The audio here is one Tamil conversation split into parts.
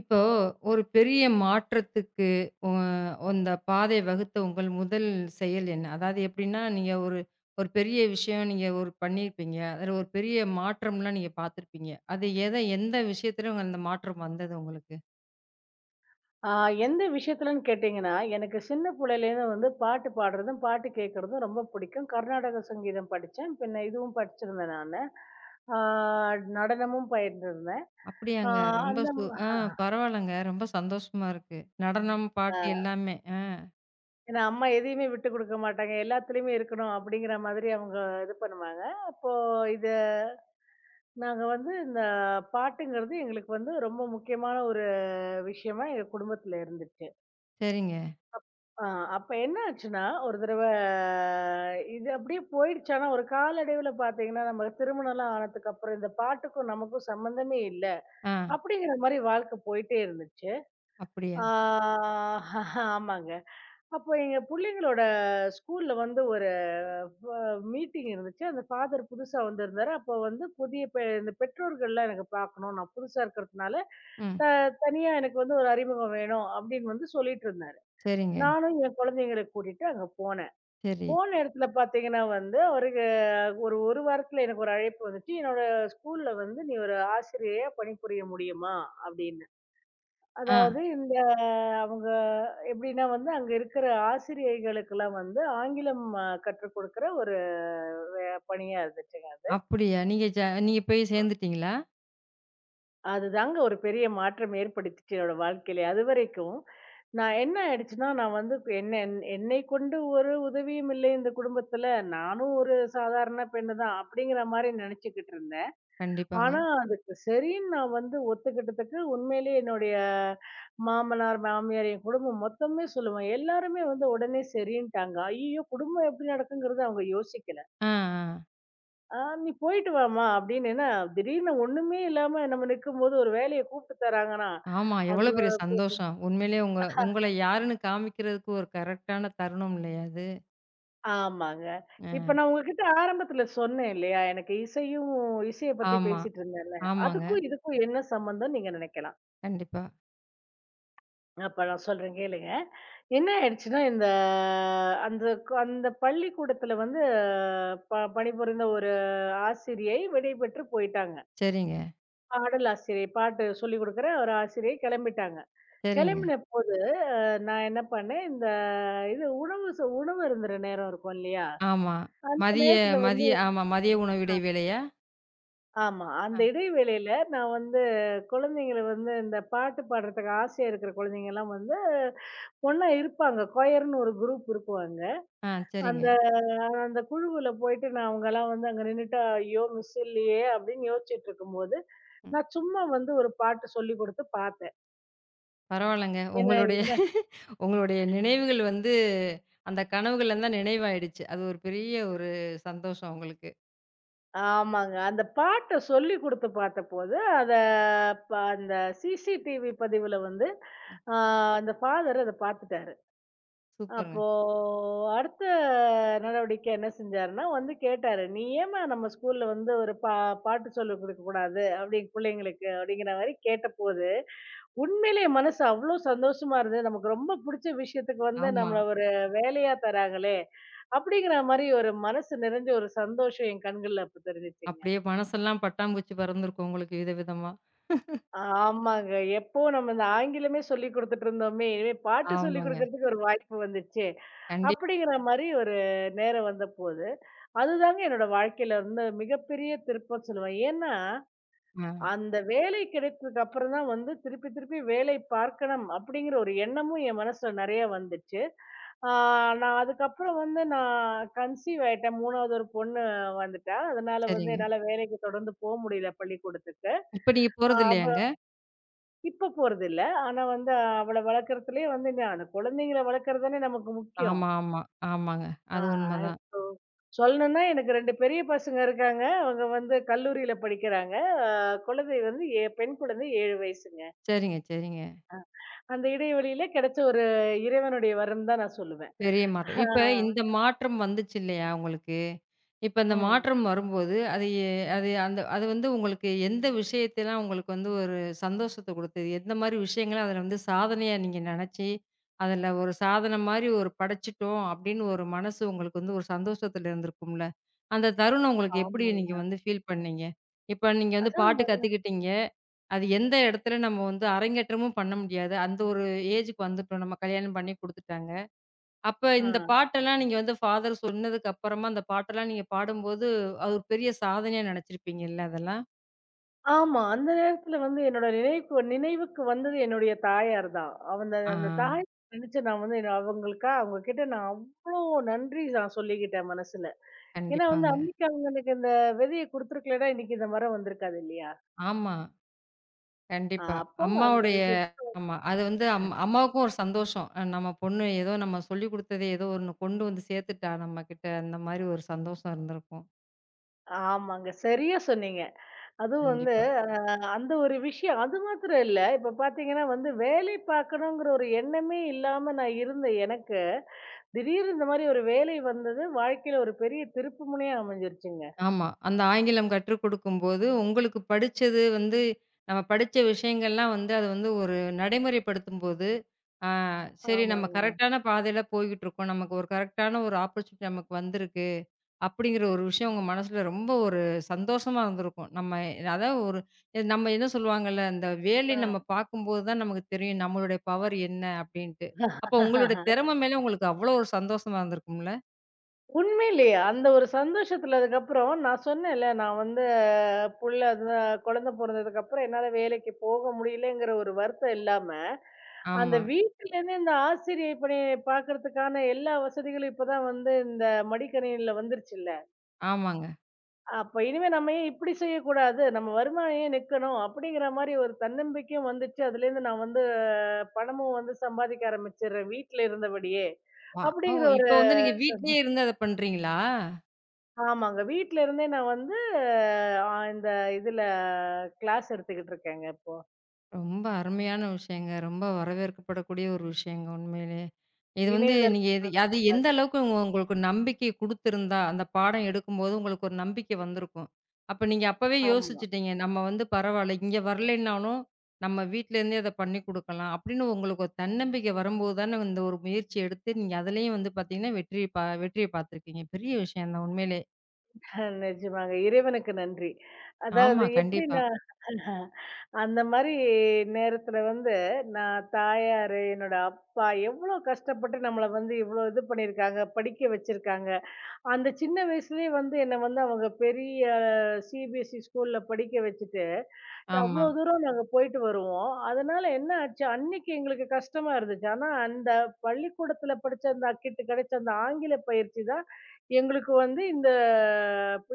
இப்போ ஒரு பெரிய மாற்றத்துக்கு அ அந்த பாதை வகுத்த உங்கள் முதல் செயல் என்ன? அதாவது எப்படின்னா, நீங்க ஒரு ஒரு பெரிய விஷயம் நீங்க ஒரு பண்ணியிருப்பீங்க. அதில ஒரு பெரிய மாற்றம்லாம் நீங்க பார்த்துருப்பீங்க. அது எந்த விஷயத்துல உங்க அந்த மாற்றம் வந்தது உங்களுக்கு? ஆ எந்த விஷயத்துலன்னு கேட்டீங்கன்னா, எனக்கு சின்ன புள்ளையிலேருந்து வந்து பாட்டு பாடுறதும், பாட்டு கேட்கறதும் ரொம்ப பிடிக்கும். கர்நாடக சங்கீதம் படிச்சேன். பின்ன இதுவும் படிச்சிருந்தேன் நானு. ஆ நடனமும் பயின்றிருந்தேன். ஆ அப்படியாங்க. ரொம்ப அந்த சு ஆ பரவாயில்லங்க. ரொம்ப சந்தோஷமா இருக்கு. நடனம், பாட்டு ஆ எல்லாமே. ஆ, ஏன்னா அம்மா எதையுமே விட்டு குடுக்க மாட்டாங்க. எல்லாத்துலயுமே இருக்கணும் அப்படிங்கிற மாதிரி அவங்க இது பண்ணுவாங்க. அப்போ இது நாங்க வந்து இந்த பாட்டுங்கிறது எங்களுக்கு வந்து ரொம்ப முக்கியமான ஒரு விஷயமா எங்க குடும்பத்துல இருந்துச்சு. சரிங்க. ஆ, அப்ப என்ன ஆச்சுன்னா, ஒரு தடவ இது அப்படியே போயிடுச்சு. ஆனா, ஒரு காலடைவுல பார்த்தீங்கன்னா, நம்ம திருமணம்லாம் ஆனதுக்கப்புறம், இந்த பாட்டுக்கும் நமக்கும் சம்மந்தமே இல்ல. ஆ, அப்படிங்கிற மாரி வாழ்க்கை போயிட்டே இருந்துச்சு. அப்படியா? ஆ ஆமாங்க. அப்போ எங்க புள்ளைங்களோட ஸ்கூல்ல வந்து ஒரு மீட்டிங் இருந்துச்சு. அந்த ஃபாதர் புதுசா வந்திருந்தாரு. அப்போ வந்து புதிய பெ இந்த பெற்றோர்கள்லாம் எனக்கு பார்க்கணும். நான் புதுசா இருக்கிறதுனால, ம். த தனியா எனக்கு வந்து ஒரு அறிமுகம் வேணும் அப்படின்னு வந்து சொல்லிட்டு இருந்தாரு. சரிங்க. நானும் என் குழந்தைங்கள கூட்டிட்டு அங்க போனேன். சரி. போன இடத்துல பார்த்தீங்கன்னா வந்து, அவருக்கு ஒரு 1 வாரத்துல எனக்கு ஒரு அழைப்பு வந்துச்சு. "என்னோட ஸ்கூல்ல வந்து நீ ஒரு ஆசிரியையா பணிபுரிய முடியுமா?" அப்படின்னு. ஆ, அதாவது இந்த அவங்க எப்படின்னா வந்து, அங்க இருக்கிற ஆசிரியைகளுக்கெல்லாம் வந்து ஆங்கிலம் கற்றுக் குடுக்கிற ஒரு வே பணியா இருந்துச்சு. அப்படியா? நீங்க போய் சேர்ந்துட்டீங்களா? அதுதாங்க ஒரு பெரிய மாற்றம் ஏற்படுத்திச்சு என்னோட வாழ்க்கையில. அதுவரைக்கும், நான் என்ன ஆயிடுச்சுன்னா, நான் வந்து இப்ப என்னை கொண்டு ஒரு உதவியும் இல்லை இந்த குடும்பத்துல. நானும் ஒரு சாதாரண பெண்ணு தான் அப்படிங்கிற மாரி நெனச்சுக்கிட்டு இருந்தேன். கண்டிப்பாங்க. ஆனா, அதுக்கு சரின்னு நான் வந்து ஒத்துக்கிட்டதுக்கு உண்மையிலேயே என்னுடைய மாமனார், மாமியார், என் குடும்பம் மொத்தமே சொல்லுவேன். எல்லாருமே வந்து உடனே சரின்ட்டாங்க. ஐய்யயோ! குடும்பம் எப்படி நடக்குங்கிறத அவங்க யோசிக்கல. ஆ, ஆ. "நீ போயிட்டு வாம்மா" அப்படின்னு. ஏன்னா திடீர்னு ஒண்ணுமே இல்லாம நம்ம நிக்கும்போது ஒரு வேலைய கூப்பிட்டு தர்றாங்கன்னா, ஆமா. அது எவ்வளோ பெரிய ஒரு- சந்தோஷம். உண்மையிலேயே உங்கள யாருன்னு காமிக்கிறதுக்கு ஒரு கரெக்ட்டான தருணம் இல்லையா அது? ஆமாங்க. அ இப்ப நான் உங்ககிட்ட ஆரம்பத்துல சொன்னேன் இல்லையா? எனக்கு இசையும் இசைய பத்தி ஆமா, பேசிட்டு இருந்தேன்ல. ஆமாங்க. அதுக்கும் இதுக்கும் என்ன சம்மந்தம்னு நீங்க நினைக்கலாம். கண்டிப்பா. அப்ப நான் சொல்றேன் கேளுங்க. என்ன ஆயிடுச்சுன்னா, இந்த அந்த அந்த பள்ளிக்கூடத்துல வந்து பணிபுரிந்த ஒரு ஆசிரியை விடைபெற்று போயிட்டாங்க. சரிங்க, பாடல் ஆசிரியை, பாட்டு சொல்லிக் குடுக்குற ஒரு ஆசிரியை கிளம்பிட்டாங்க. சரிங்க. கிளம்பின போது அ நான் என்ன பண்ணேன், இந்த இது உணவு அருந்துற நேரம் இருக்கும் இல்லையா? ஆமா. அந்த மதிய நேரத்துல வந்து மதிய ஆமா. மதிய உணவு அ இடைவேளையா? ஆமா. அ, அந்த இடைவேளையில நான் வந்து குழந்தைங்கள வந்து இந்த பாட்டு பாடுறதுக்கு ஆசையா இருக்கிற குழந்தைங்கலாம் வந்து ஒண்ணா இருப்பாங்க. கொயர்ன்னு ஒரு குரூப் இருக்குவாங்க. ஆ, சரிங்க. அந்த அந்த குழுவுல போயிட்டு நான் அவங்கலாம் வந்து அங்க நின்னுட்டு, "ஐயோ! மிஸ் இல்லையே!" அப்படின்னு யோசிச்சுட்டு இருக்கும்போது, ம். நான் சும்மா வந்து ஒரு பாட்டு சொல்லிக் குடுத்து பார்த்தேன். பரவால்லங்க. ஏன்னா உங்களுடைய உங்களுடைய நினைவுகள் வந்து அந்த கனவுகள்லாம் தான் நினைவாயிடுச்சு. அது ஒரு பெரிய ஒரு சந்தோஷம் உங்களுக்கு. ஆமாங்க. அந்த பாட்ட சொல்லிக் குடுத்து பார்த்தபோது, அத ப அந்த சிசிடிவி பதிவுல வந்து, ம். ஆ அந்த ஃபாதர் அத பார்த்துட்டாரு. சூப்பருங்க. அப்போ அடுத்த நடவடிக்கை என்ன செஞ்சாருன்னா, வந்து கேட்டாரு. "நீ ஏம்மா நம்ம ஸ்கூல்ல வந்து ஒரு பாட்டு சொல்லிக் குடுக்கக் கூடாது, அப்படி புள்ளைங்களுக்கு?" அப்படிங்கிற மாரி கேட்டபோது, உண்மையிலேயே மனசு அவ்ளோ சந்தோஷமா இருந்தது. நமக்கு ரொம்ப புடிச்ச விஷயத்துக்கு வந்து ஆமா. நம்மள ஒரு வேலையா தராங்களே! அப்படிங்கிற மாரி ஒரு மனசு நிறைஞ்ச ஒரு சந்தோஷம் என் கண்கள்ல அப்ப தெரிஞ்சுச்சுங்க. அப்படியே மனசெல்லாம் பட்டாம்பூச்சி பறந்திருக்கும் உங்களுக்கு வித விதமா. ஆமாங்க. எப்போ நம்ம இந்த ஆங்கிலமே சொல்லிக் குடுத்துட்டு இருந்தோமே! இனிமே பாட்டு சொல்லிக் ஆமாங்க. குடுக்கிறதுக்கு ஒரு வாய்ப்பு வந்துச்சே! கண்டிப்பா. அப்படிங்கிற மாரி ஒரு நேரம் வந்தபோது, அதுதாங்க என்னோட வாழ்க்கையில வந்து மிகப்பெரிய திருப்பம்ன்னு சொல்லுவேன். ஏன்னா, ஆ, அந்த வேலை கிடைத்ததுக்கு அப்புறம் தான் வந்து திருப்பி திருப்பி வேலை பார்க்கணும் அப்படிங்கிற ஒரு எண்ணமும் என் மனசுல நெறைய வந்துச்சு. ஆ நான் அதுக்கப்புறம் வந்து நான் கன்சீவ் ஆயிட்டேன். 3வது ஒரு பொண்ணு வந்துட்டா. அதனால வந்து சரிங்க. என்னால வேலைக்கு தொடர்ந்து போ முடியல பள்ளிக்கூடத்துக்கு. இப்ப நீங்க ஆ போறதில்லையாங்க? இப்ப போறதில்ல. ஆனா வந்து அவள வளர்க்கறதுலயே வந்து நான் குழந்தைங்கள வளர்க்கறது தானே நமக்கு முக்கியம். ஆமா, ஆமா. ஆமாங்க. ஆ அது உண்மதான். இப்போ சொல்லணும்னா எனக்கு 2 பெரிய பசங்க இருக்காங்க. அவங்க வந்து கல்லூரியில படிக்கிறாங்க. அ குழந்தை வந்து பெண் குழந்தை 7 வயசுங்க. சரிங்க, சரிங்க. அந்த இடைவெளியில கிடைச்ச ஒரு இறைவனுடைய வரம் தான் நான் சொல்லுவேன். பெரிய ஆ, மாற்றம். இப்ப இந்த மாற்றம் வந்துச்சு இல்லையா உங்களுக்கு? இப்ப இந்த ம். மாற்றம் வரும்போது, அது எ அது அந்த அது வந்து உங்களுக்கு எந்த விஷயத்தலாம் உங்களுக்கு வந்து ஒரு சந்தோஷத்த குடுத்தது? எந்த மாரி விஷயங்கள அதில வந்து சாதனையா நீங்க நெனச்சு, அதில ஒரு சாதன மாரி ஒரு படைச்சுட்டோம் அப்படின்னு ஒரு மனசு உங்களுக்கு வந்து ஒரு சந்தோஷத்துல இருந்திருக்கும்ல? அந்த தருணம் உங்களுக்கு எப்படி நீங்க ஆமாங்க. வந்து ஃபீல் பண்ணீங்க? இப்ப நீங்க வந்து அதாங்க. பாட்டு கத்துக்கிட்டீங்க. அது எந்த இடத்துல நம்ம வந்து அரங்கேற்றமும் பண்ண முடியாது. அந்த ஒரு ஏஜுக்கு வந்துட்டோம். நம்ம கல்யாணம் பண்ணி குடுத்துட்டாங்க. அப்ப ஆ. இந்த பாட்டெல்லாம் நீங்க வந்து ஃபாதர் சொன்னதுக்கு அப்புறமா, அந்த பாட்டெல்லாம் நீங்க பாடும்போது, அது ஒரு பெரிய சாதனையா நெனச்சிருப்பீங்கல்ல அதெல்லாம்? ஆமா. அந்த நேரத்துல வந்து என்னோட நினைவுக்கு நினைவுக்கு வந்தது என்னுடைய தாயார் தான். அந்த ஆ, அந்த தாய் நினைச்சு நான் வந்து அவங்களுக்கா அவங்க கிட்ட நான் அவ்ளோ நன்றி நான் சொல்லிக்கிட்டேன் மனசுல. ஏன்னா வந்து கண்டிப்பாங்க. அன்னைக்கு அவங்களுக்கு இந்த விதைய குடுத்துருக்கலன்னா, இன்னைக்கு இந்த மரம் வந்திருக்காது இல்லையா? ஆமா. கண்டிப்பா. அப்போ அந்த அம்மாவுடைய விஷயத்த ஆமா. அது வந்து அம்மாவுக்கும் ஒரு சந்தோஷம். நம்ம பொண்ணு ஏதோ நம்ம சொல்லிக் குடுத்தது ஏதோ ஒண்ணு கொண்டு வந்து சேர்த்துட்டா நம்மகிட்ட, அந்த மாரி ஒரு சந்தோஷம் இருந்திருக்கும். ஆமாங்க. சரியா சொன்னீங்க. அதுவும் வந்து கண்டிப்பா. அ அந்த ஒரு விஷயம். அது மாத்திரம் இல்ல. இப்ப பார்த்தீங்கன்னா வந்து வேலை பார்க்கணுங்கிற ஒரு எண்ணமே இல்லாம நான் இருந்த எனக்கு, திடீர்னு இந்த மாரி ஒரு வேலை வந்தது. வாழ்க்கையில ஒரு பெரிய திருப்பு முனையா அமைஞ்சிருச்சுங்க. ஆமா. அந்த ஆங்கிலம் கற்றுக் கொடுக்கும்போது, உங்களுக்கு படிச்சது வந்து நம்ம படிச்ச விஷயங்கள்லாம் வந்து அது வந்து ஒரு நடைமுறைப்படுத்தும்போது, ஆ, சரி நம்ம ஆமாங்க. கரெக்ட்டான பாதையில போய்கிட்டு இருக்கோம். நமக்கு ஒரு கரெக்ட்டான ஒரு ஆப்பர்ச்சுனிட்டி நமக்கு வந்திருக்கு. அப்படிங்கிற ஒரு விஷயம் உங்க மனசுல ரொம்ப ஒரு சந்தோஷமா இருந்திருக்கும். நம்ம அதாவது ஒரு இது நம்ம என்ன சொல்லுவாங்கல்ல, "இந்த வேலை நம்ம அ. பார்க்கும்போது தான் நமக்கு தெரியும் நம்மளுடைய பவர் என்ன?" அப்படின்ட்டு. அப்போ உங்களுடைய திறமை மேல உங்களுக்கு அவ்வளோ ஒரு சந்தோஷமா இருந்திருக்கும்ல? உண்மையிலேயே அந்த ஒரு சந்தோஷத்துல அதுக்கப்புறம் நான் சொன்னேன்ல, நான் வந்து புள்ள அதுதான் குழந்தை பொறந்ததுக்கப்புறம் என்னால வேலைக்கு போக முடியலங்கிற ஒரு வருத்தம் இல்லாம, அந்த ஆமா. வீட்லேருந்தே இந்த ஆசிரியை பணிய பார்க்கறதுக்கான எல்லா வசதிகளும் இப்பதான் வந்து இந்த மடிக்கணினில வந்துருச்சுல்ல. ஆமாங்க. அப்ப இனிமே நம்ம ஏன் இப்படி செய்யக்கூடாது? நம்ம வருமானம் ஏன் நிக்கணும்? அப்படிங்கிற மாரி ஒரு தன்னம்பிக்கையும் வந்துச்சு. அதுலேருந்து நான் வந்து பணமும் வந்து சம்பாதிக்க ஆரம்பிச்சுடுறேன் வீட்ல இருந்தபடியே. ஆ. ஓ! அப்படிங்கிற ஒரு இப்ப வந்து நீங்க வீட்லயே இருந்து அத பண்றீங்களா? ஆமாங்க. வீட்ல இருந்தே நான் வந்து இந்த இதுல கிளாஸ் எடுத்துக்கிட்டு இருக்கேங்க இப்போ. ரொம்ப அருமையான விஷயங்க. ரொம்ப வரவேற்கப்படக்கூடிய ஒரு விஷயங்க உண்மையிலேயே. இது வந்து நீங்க இணையதளத்துல எது வந்து அது எந்த கிளாஸ். அளவுக்கு உங்களுக்கு நம்பிக்கை குடுத்திருந்தா, அந்த பாடம் எடுக்கும்போது உங்களுக்கு ஒரு நம்பிக்கை வந்திருக்கும். அப்ப நீங்க அப்பவே ஆமா. யோசிச்சுட்டீங்க, "நம்ம வந்து பரவால்ல, இங்க வரலைன்னாலும் நம்ம வீட்லேருந்தே அத பண்ணி குடுக்கலாம்." அப்படின்னு உங்களுக்கு ஒரு தன்னம்பிக்கை வரும்போது தானே இந்த ஒரு முயற்சி எடுத்து, நீங்க அதுலயும் வந்து பார்த்தீங்கன்னா, வெற்றிய பார்த்துருக்கீங்க. பெரிய விஷயம் தான் உண்மையிலே. நிஜமாங்க. இறைவனுக்கு நன்றி. ஆமா, அதாவது கண்டிப்பா. எப்படின்னா அந்த மாரி நேரத்துல வந்து நான் தாயாரு, என்னோட அப்பா எவ்வளோ கஷ்டப்பட்டு நம்மள வந்து இவ்வளோ இது பண்ணியிருக்காங்க, படிக்க வச்சிருக்காங்க. அந்த சின்ன வயசுலயே வந்து என்ன வந்து அவங்க பெரிய சிபிஎஸ்சி ஸ்கூல்ல படிக்க வச்சுட்டு, ஆமா. அவ்ளோ தூரம் நாங்க போயிட்டு வருவோம். அதனால என்ன ஆச்சு, அன்னைக்கு எங்களுக்கு கஷ்டமா இருந்துச்சு. ஆனா அந்த பள்ளிக்கூடத்துல படிச்ச அந்த அக்கிட்ட கிடைச்ச அந்த ஆங்கில பயிற்சி தான் எங்களுக்கு வந்து இந்த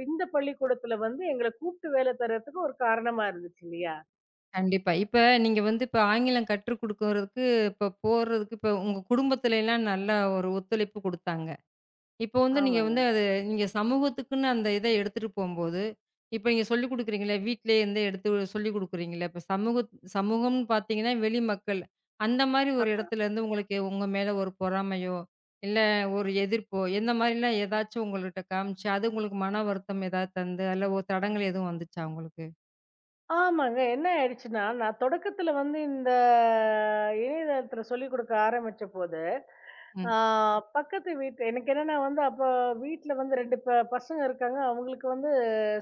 இந்த பள்ளிக்கூடத்துல வந்து எங்கள கூப்பிட்டு வேலை தர்றதுக்கு ஒரு காரணமா இருந்துச்சு இல்லையா? கண்டிப்பா. இப்ப நீங்க வந்து இப்ப ஆங்கிலம் கற்றுக் குடுக்குறதுக்கு, இப்ப போறதுக்கு இப்ப உங்க குடும்பத்துலலாம் நல்ல ஒரு ஒத்துழைப்பு குடுத்தாங்க. இப்ப வந்து நீங்க வந்து ஆமாங்க. அது நீங்க சமூகத்துக்குன்னு அந்த இத எடுத்துட்டு போம்போது, இப்ப நீங்க சொல்லிக் குடுக்குறீங்கல்ல, வீட்லயே இருந்தே எடுத்து சொல்லிக் குடுக்குறீங்கல்ல, இப்ப சமூகம்னு பார்த்தீங்கன்னா வெளி மக்கள். அந்த மாரி ஒரு இடத்துல இருந்து உங்களுக்கு உங்க மேல ஒரு பொறாமையோ, இல்ல ஒரு எதிர்ப்போ, எந்த மாரிலாம் ஏதாச்சும் உங்கள்கிட்ட காமிச்சு, அது உங்களுக்கு மன வருத்தம் ஏதாவது தந்து, அதுல ஒரு தடங்கள் எதுவும் வந்துச்சா உங்களுக்கு? ஆமாங்க. என்ன ஆயிடுச்சுன்னா, நான் தொடக்கத்துல வந்து இந்த இணையதளத்துல சொல்லிக் குடுக்க ஆரம்பிச்சபோது, ஆ ம். பக்கத்து வீட்டு எனக்கு என்னன்னா வந்து அப்போ வீட்ல வந்து 2 பசங்க இருக்காங்க. அவங்களுக்கு வந்து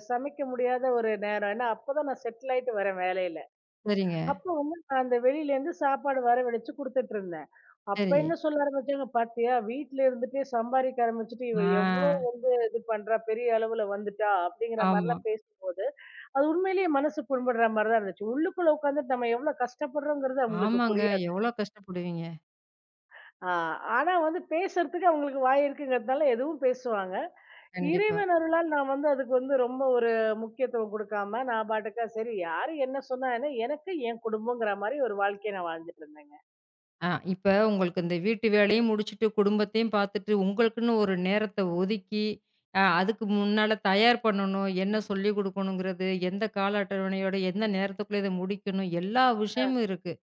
சமைக்க முடியாத ஒரு நேரம். ஏன்னா, அப்பதான் நான் செட்டில் ஆயிட்டு வரேன் வேலையில. சரிங்க. அப்போ வந்து நான் அந்த வெளியிலேருந்து சாப்பாடு வரவழைச்சு குடுத்துட்டுருந்தேன். அப்ப சரி. என்ன சொல்ல ஆரம்பிச்சாங்க, "பாத்தியா வீட்ல இருந்துட்டே சம்பாதிக்க ஆரம்பிச்சுட்டு, இவ ஆ, எவ்ளோ வந்து இது பண்றா, பெரிய அளவுல வந்துட்டா" அப்படிங்கிற ஆமா. மாரிலாம் பேசும்போது அது உண்மையிலேயே மனசு புண்படுற மாரி தான் இருந்துச்சு. உள்ளுக்குள்ள உட்காந்துட்டு நம்ம எவ்ளோ கஷ்டப்படுறோங்கிறது அவங்களுக்கு ஆமாங்க. புரியாது. எவ்வளோ கஷ்டப்படுவீங்க. ஆ ஆனா வந்து பேசுறதுக்கு அவங்களுக்கு வாய் இருக்குங்கிறதுனால எதுவும் பேசுவாங்க. கண்டிப்பா. இறைவன் அருளால் நான் வந்து அதுக்கு வந்து ரொம்ப ஒரு முக்கியத்துவம் குடுக்காம, நான் பாட்டுக்கா சரி யாரு என்ன சொன்னா என்ன, எனக்கு என் குடும்பங்கிற மாரி ஒரு வாழ்க்கைய நான் வாழ்ந்துட்டு இருந்தேங்க. ஆ, இப்ப உங்களுக்கு இந்த வீட்டு வேலையும் முடிச்சுட்டு, குடும்பத்தையும் பார்த்துட்டு, உங்களுக்குன்னு ஒரு நேரத்த ஒதுக்கி, அதுக்கு முன்னால தயார் பண்ணணும். என்ன சொல்லிக் குடுக்கணுங்கிறது, எந்த கால அட்டவணையோட, எந்த நேரத்துக்குள்ள இத முடிக்கணும், எல்லா அ விஷயமும் இருக்கு.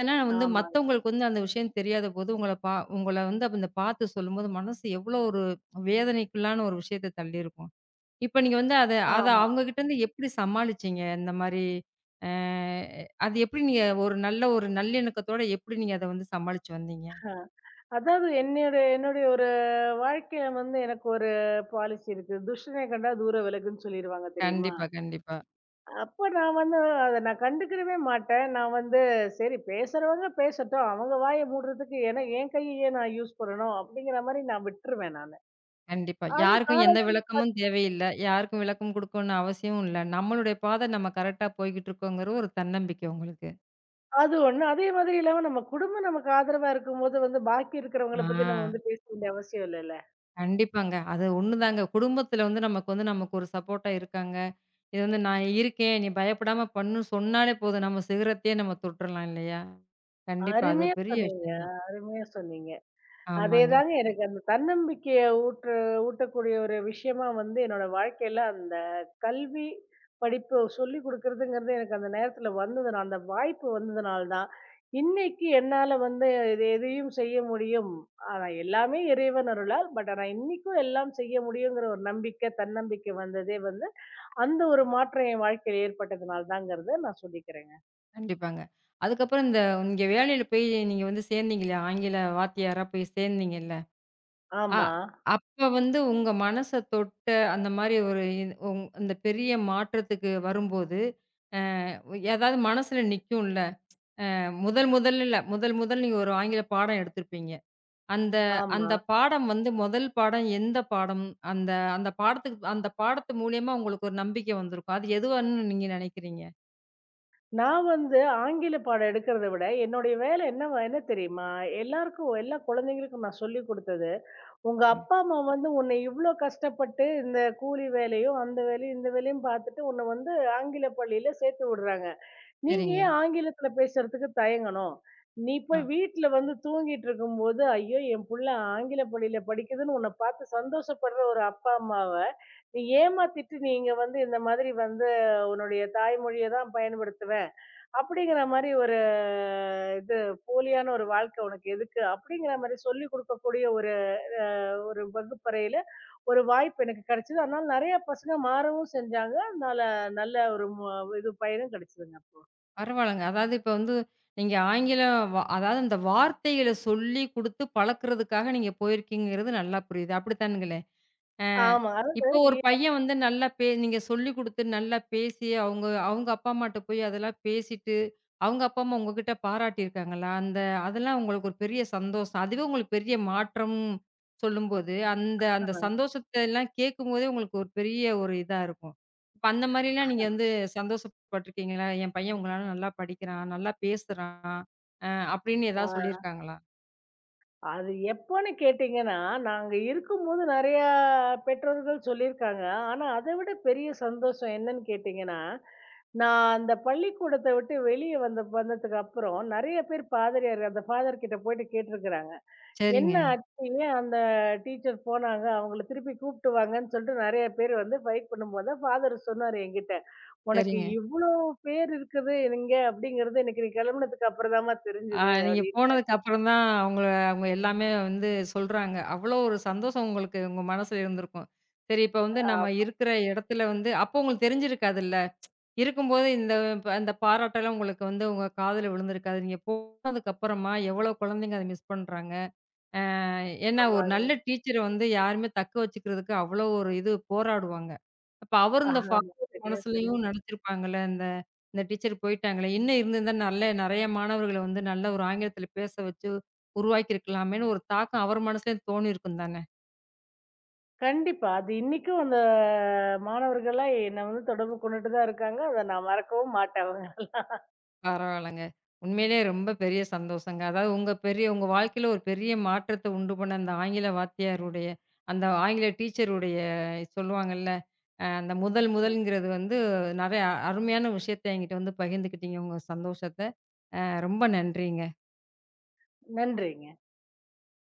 ஆனா வந்து ஆமாங்க. மத்தவங்களுக்கு வந்து அந்த விஷயம் தெரியாத போது, உங்கள வந்து அந்த பார்த்து சொல்லும்போது, மனசு எவ்வளோ ஒரு வேதனைக்குள்ளான ஒரு விஷயத்த தள்ளியிருக்கும். இப்ப நீங்க வந்து அத அத ஆமா. அவங்ககிட்டருந்து எப்படி சமாளிச்சீங்க? இந்த மாரி அ அது எப்படி நீங்க ஒரு நல்ல ஒரு நல்லிணக்கத்தோட எப்படி நீங்க அத வந்து சமாளிச்சு வந்தீங்க? அ அதாவது என்னுடைய என்னுடைய ஒரு வாழ்க்கையில வந்து எனக்கு ஒரு பாலிசி இருக்கு. துஷ்டனை கண்டா தூர விலகுன்னு சொல்லிருவாங்க தெரியுமா? கண்டிப்பா, கண்டிப்பா, அப்ப நான் வந்து அத நான் கண்டுக்கிடவே மாட்டேன். நான் வந்து சரி பேசுறவங்க பேசட்டும். அவங்க வாய மூடுறதுக்கு ஏன்னா என் கைய ஏன் நான் யூஸ் பண்ணணும்? அப்படிங்கிற மாரி நான் விட்டுருவேன் நானு. கண்டிப்பா. அது யாருக்கும் எந்த நாளடைவுல விளக்கமும் தேவையில்ல. யாருக்கும் விளக்கம் குடுக்கணும்னு அவசியமும் இல்ல. நம்மளுடைய பாதை நம்ம கரெக்ட்டா போய்க்கிட்டு இருக்கோங்கிற ஒரு தன்னம்பிக்கை உங்களுக்கு. அது ஒண்ணு. அதே மாதிரி இல்லாம நம்ம குடும்பம் நமக்கு ஆதரவா இருக்கும்போது வந்து பாக்கி ஆ, இருக்கிறவங்கள பத்தி நம்ம வந்து பேச வேண்டிய அவசியம் இல்லல்ல. கண்டிப்பாங்க. அது ஒண்ணுதாங்க. குடும்பத்துல வந்து நமக்கு வந்து நமக்கு ஒரு சப்போர்ட்டா இருக்காங்க. இது வந்து நான் இருக்கேன். நீ பயப்படாம பண்ணுன்னு சொன்னாலே போதும். நம்ம சிகரத்தையே நம்ம தொட்டுறலாம் இல்லையா? கண்டிப்பா. அது ஒரு அருமையா பெரிய சொன்னீங்க. விஷயம் தான். அருமையா சொன்னீங்க. ஆமாங்க. அதேதாங்க. எனக்கு அந்த தன்னம்பிக்கைய ஊற்று ஊட்டக்கூடிய ஒரு விஷயமா வந்து என்னோட வாழ்க்கையில அந்த கல்வி படிப்பு சொல்லிக் குடுக்குறதுங்கிறது எனக்கு அந்த நேரத்துல வந்தது. நான் அந்த வாய்ப்பு வந்ததுனால தான், இன்னைக்கு என்னால வந்து இது எதையும் செய்ய முடியும். ஆனா எல்லாமே இறைவன் அருளால். ஆனா இன்னைக்கும் எல்லாம் செய்ய முடியுங்கிற ஒரு நம்பிக்கை, தன்னம்பிக்கை வந்ததே வந்து, அந்த ஒரு மாற்றம் என் வாழ்க்கையில ஏற்பட்டதுனால தாங்கிறத நான் சொல்லிக்கிறேங்க. கண்டிப்பாங்க. அதுக்கப்புறம் இந்த இங்க வேலையில போய் நீங்க வந்து சேர்ந்தீங்க இல்லையா? ஆங்கில வாத்தியாரா போய் சேர்ந்தீங்கல்ல. அ ஆமா, அப்ப வந்து உங்க மனச தொட்ட அந்த மாரி ஒரு இந்த பெரிய மாற்றத்துக்கு வரும்போது, அ ஏதாவது மனசுல நிக்கும்ல. முதல் முதல்ல இல்ல. முதல் முதல் நீங்க ஒரு ஆங்கில பாடம் எடுத்திருப்பீங்க. அந்த ஆமா. அந்த பாடம் வந்து முதல் பாடம் எந்த பாடம்? அந்த அந்த பாடத்துக்கு அந்த பாடத்து மூலியமா உங்களுக்கு ஒரு நம்பிக்கை வந்திருக்கும். அது எதுவான்னு நீங்க நினைக்கிறீங்க? நான் வந்து ஆங்கில பாடம் எடுக்கிறத விட, என்னுடைய வேலை என்னவா என்ன தெரியுமா? எல்லாருக்கும் எல்லா குழந்தைங்களுக்கும் நான் சொல்லிக் குடுத்தது, "உங்க ம். அப்பா, அம்மா வந்து உன்னை இவ்ளோ கஷ்டப்பட்டு இந்த கூலி வேலையும், அந்த வேலையும், இந்த வேலையும் பார்த்துட்டு உன்னை வந்து ஆங்கில பள்ளியில சேர்த்து விடுறாங்க. நீங்க சரிங்க. ஏன் ஆங்கிலத்தில பேசுறதுக்கு தயங்கணும்? நீ ஆ, போய் வீட்ல வந்து தூங்கிட்டு இருக்கும்போது, ஐயோ! என் புள்ள ஆங்கில பள்ளியில படிக்குதுன்னு உன்னை பார்த்து சந்தோஷப்படுற ஒரு அப்பா, அம்மாவ நீ ஏமாத்திட்டு நீங்க வந்து இந்த மாதிரி வந்து உன்னுடைய தாய்மொழிய தான் பயன்படுத்துவ" அப்படிங்கிற மாரி ஒரு இது போலியான ஒரு வாழ்க்கை உனக்கு எதுக்கு? அப்படிங்கிற மாரி சொல்லிக் குடுக்கக்கூடிய ஒரு ஒரு வகுப்பறையில ஒரு வாய்ப்பு எனக்கு கிடைச்சது. அதனால நெறைய பசங்க மாறவும் செஞ்சாங்க. அதனால நல்ல ஒரு இது பயனும் கிடைச்சதுங்க. பரவால்லங்க. அதாவது இப்ப வந்து நீங்க ஆங்கிலம் வ அதாவது அந்த வார்த்தைகள சொல்லி குடுத்து பழக்குறதுக்காக நீங்க போயிருக்கீங்கிறது நல்லா புரியுது. அப்படித்தானுங்களே? ஆ. ஆமா. அதாவது இப்போ ஒரு இ பையன் வந்து நல்லா பே நீங்க சொல்லிக் குடுத்து நல்லா பேசி, அவங்க அவங்க அப்பா அம்மாட்ட போய் அதெல்லாம் பேசிட்டு, அவங்க அப்பா அம்மா உங்ககிட்ட பாராட்டியிருக்காங்களா? அதெல்லாம் உங்களுக்கு ஒரு பெரிய சந்தோஷம். அதுவே உங்களுக்கு பெரிய மாற்றம் சொல்லும்போது, அந்த அந்த சந்தோஷத்த எல்லாம் கேட்கும்போதே உங்களுக்கு ஒரு பெரிய ஒரு இதா இருக்கும். இப்ப அந்த மாரிலாம் நீங்க வந்து சந்தோஷப்பட்டுருக்கீங்களா? என் பையன் உங்களால நல்லா படிக்கிறான், நல்லா பேசுறான், அ அப்படின்னு ஏதாவது ஆ. சொல்லியிருக்காங்களா? அது எப்போன்னு கேட்டீங்கன்னா, நாங்க இருக்கும்போது நெறையா பெற்றோர்கள் சொல்லியிருக்காங்க. ஆனா, அத விட பெரிய சந்தோஷம் என்னன்னு கேட்டீங்கன்னா, நான் அந்த பள்ளிக்கூடத்த விட்டு வெளிய வந்ததுக்கு அப்புறம் நெறைய பேர் பாதிரியார் அந்த ஃபாதர் கிட்ட போயிட்டு கேட்டுருக்கிறாங்க. என்ன சரிங்க, ஆச்சு? ஏன் அந்த டீச்சர் போனாங்க? அவங்கள திருப்பி கூப்பிட்டு வாங்கன்னு சொல்லிட்டு நெறைய பேர் வந்து ஃபைட் பண்ணும்போது தான் ஃபாதர் சொன்னாரு என்கிட்ட. "உனக்கு சரிங்க. இவ்ளோ பேர் இருக்குது இங்க அப்படிங்கிறது எனக்கு நீ கெளம்புனதுக்கு அப்புறம் தாம்மா ஆ, தெரிஞ்சது" நீங்க அப்படின்னு. போனதுக்கு அப்புறம் தான் அவங்க எல்லாமே வந்து சொல்றாங்க. அவ்வளோ ஒரு சந்தோஷம் உங்களுக்கு உங்க மனசுல இருந்திருக்கும். சரி இப்ப வந்து நம்ம இருக்கிற இடத்துல வந்து அப்போ உங்களுக்கு தெரிஞ்சிருக்காதுல்ல. இருக்கும்போது இந்த அந்த பாராட்டெல்லாம் உங்களுக்கு வந்து உங்க காதுல விழுந்திருக்காது. நீங்க போனதுக்கு அப்புறமா எவ்வளோ குழந்தைங்க அத மிஸ் பண்றாங்க. ஏன்னா, ஒரு நல்ல ஆமாங்க. டீச்சர வந்து யாருமே தக்க வச்சுக்கிறதுக்கு அவ்வளோ ஒரு இது போராடுவாங்க. அப்ப அவரும் இந்த ஆமா. ஃபாதர் சரியா மனசுலயும் சொன்னீங்க. நெனச்சிருப்பாங்கல்ல, இந்த இந்த டீச்சர் போயிட்டாங்களே, இன்னும் இருந்திருந்தா நல்ல நெறைய மாணவர்கள வந்து நல்ல ஒரு ஆங்கிலத்தில பேச வச்சு உருவாக்கியிருக்கலாமேன்னு ஒரு தாக்கம் அவர் மனசுலயும் தோணியிருக்கும் தானே! கண்டிப்பா. அது இன்னிக்கும் அந்த மாணவர்கள்லாம் என்ன வந்து தொடர்பு கொண்டுட்டு தான் இருக்காங்க. அத நான் மறக்கவும் மாட்டேன். பரவால்லங்க. உண்மையிலேயே ரொம்ப பெரிய சந்தோஷங்க. அதாவது உங்க வாழ்க்கையில ஒரு பெரிய மாற்றத்த உண்டு பண்ண அந்த ஆங்கில டீச்சருடைய சொல்லுவாங்கல்ல, அந்த முதல் முதல்ங்கிறது வந்து நெறைய அருமையான விஷயத்த என்கிட்ட வந்து பகிர்ந்துக்கிட்டீங்க உங்க சந்தோஷத்த. ரொம்ப நன்றிங்க. நன்றிங்க.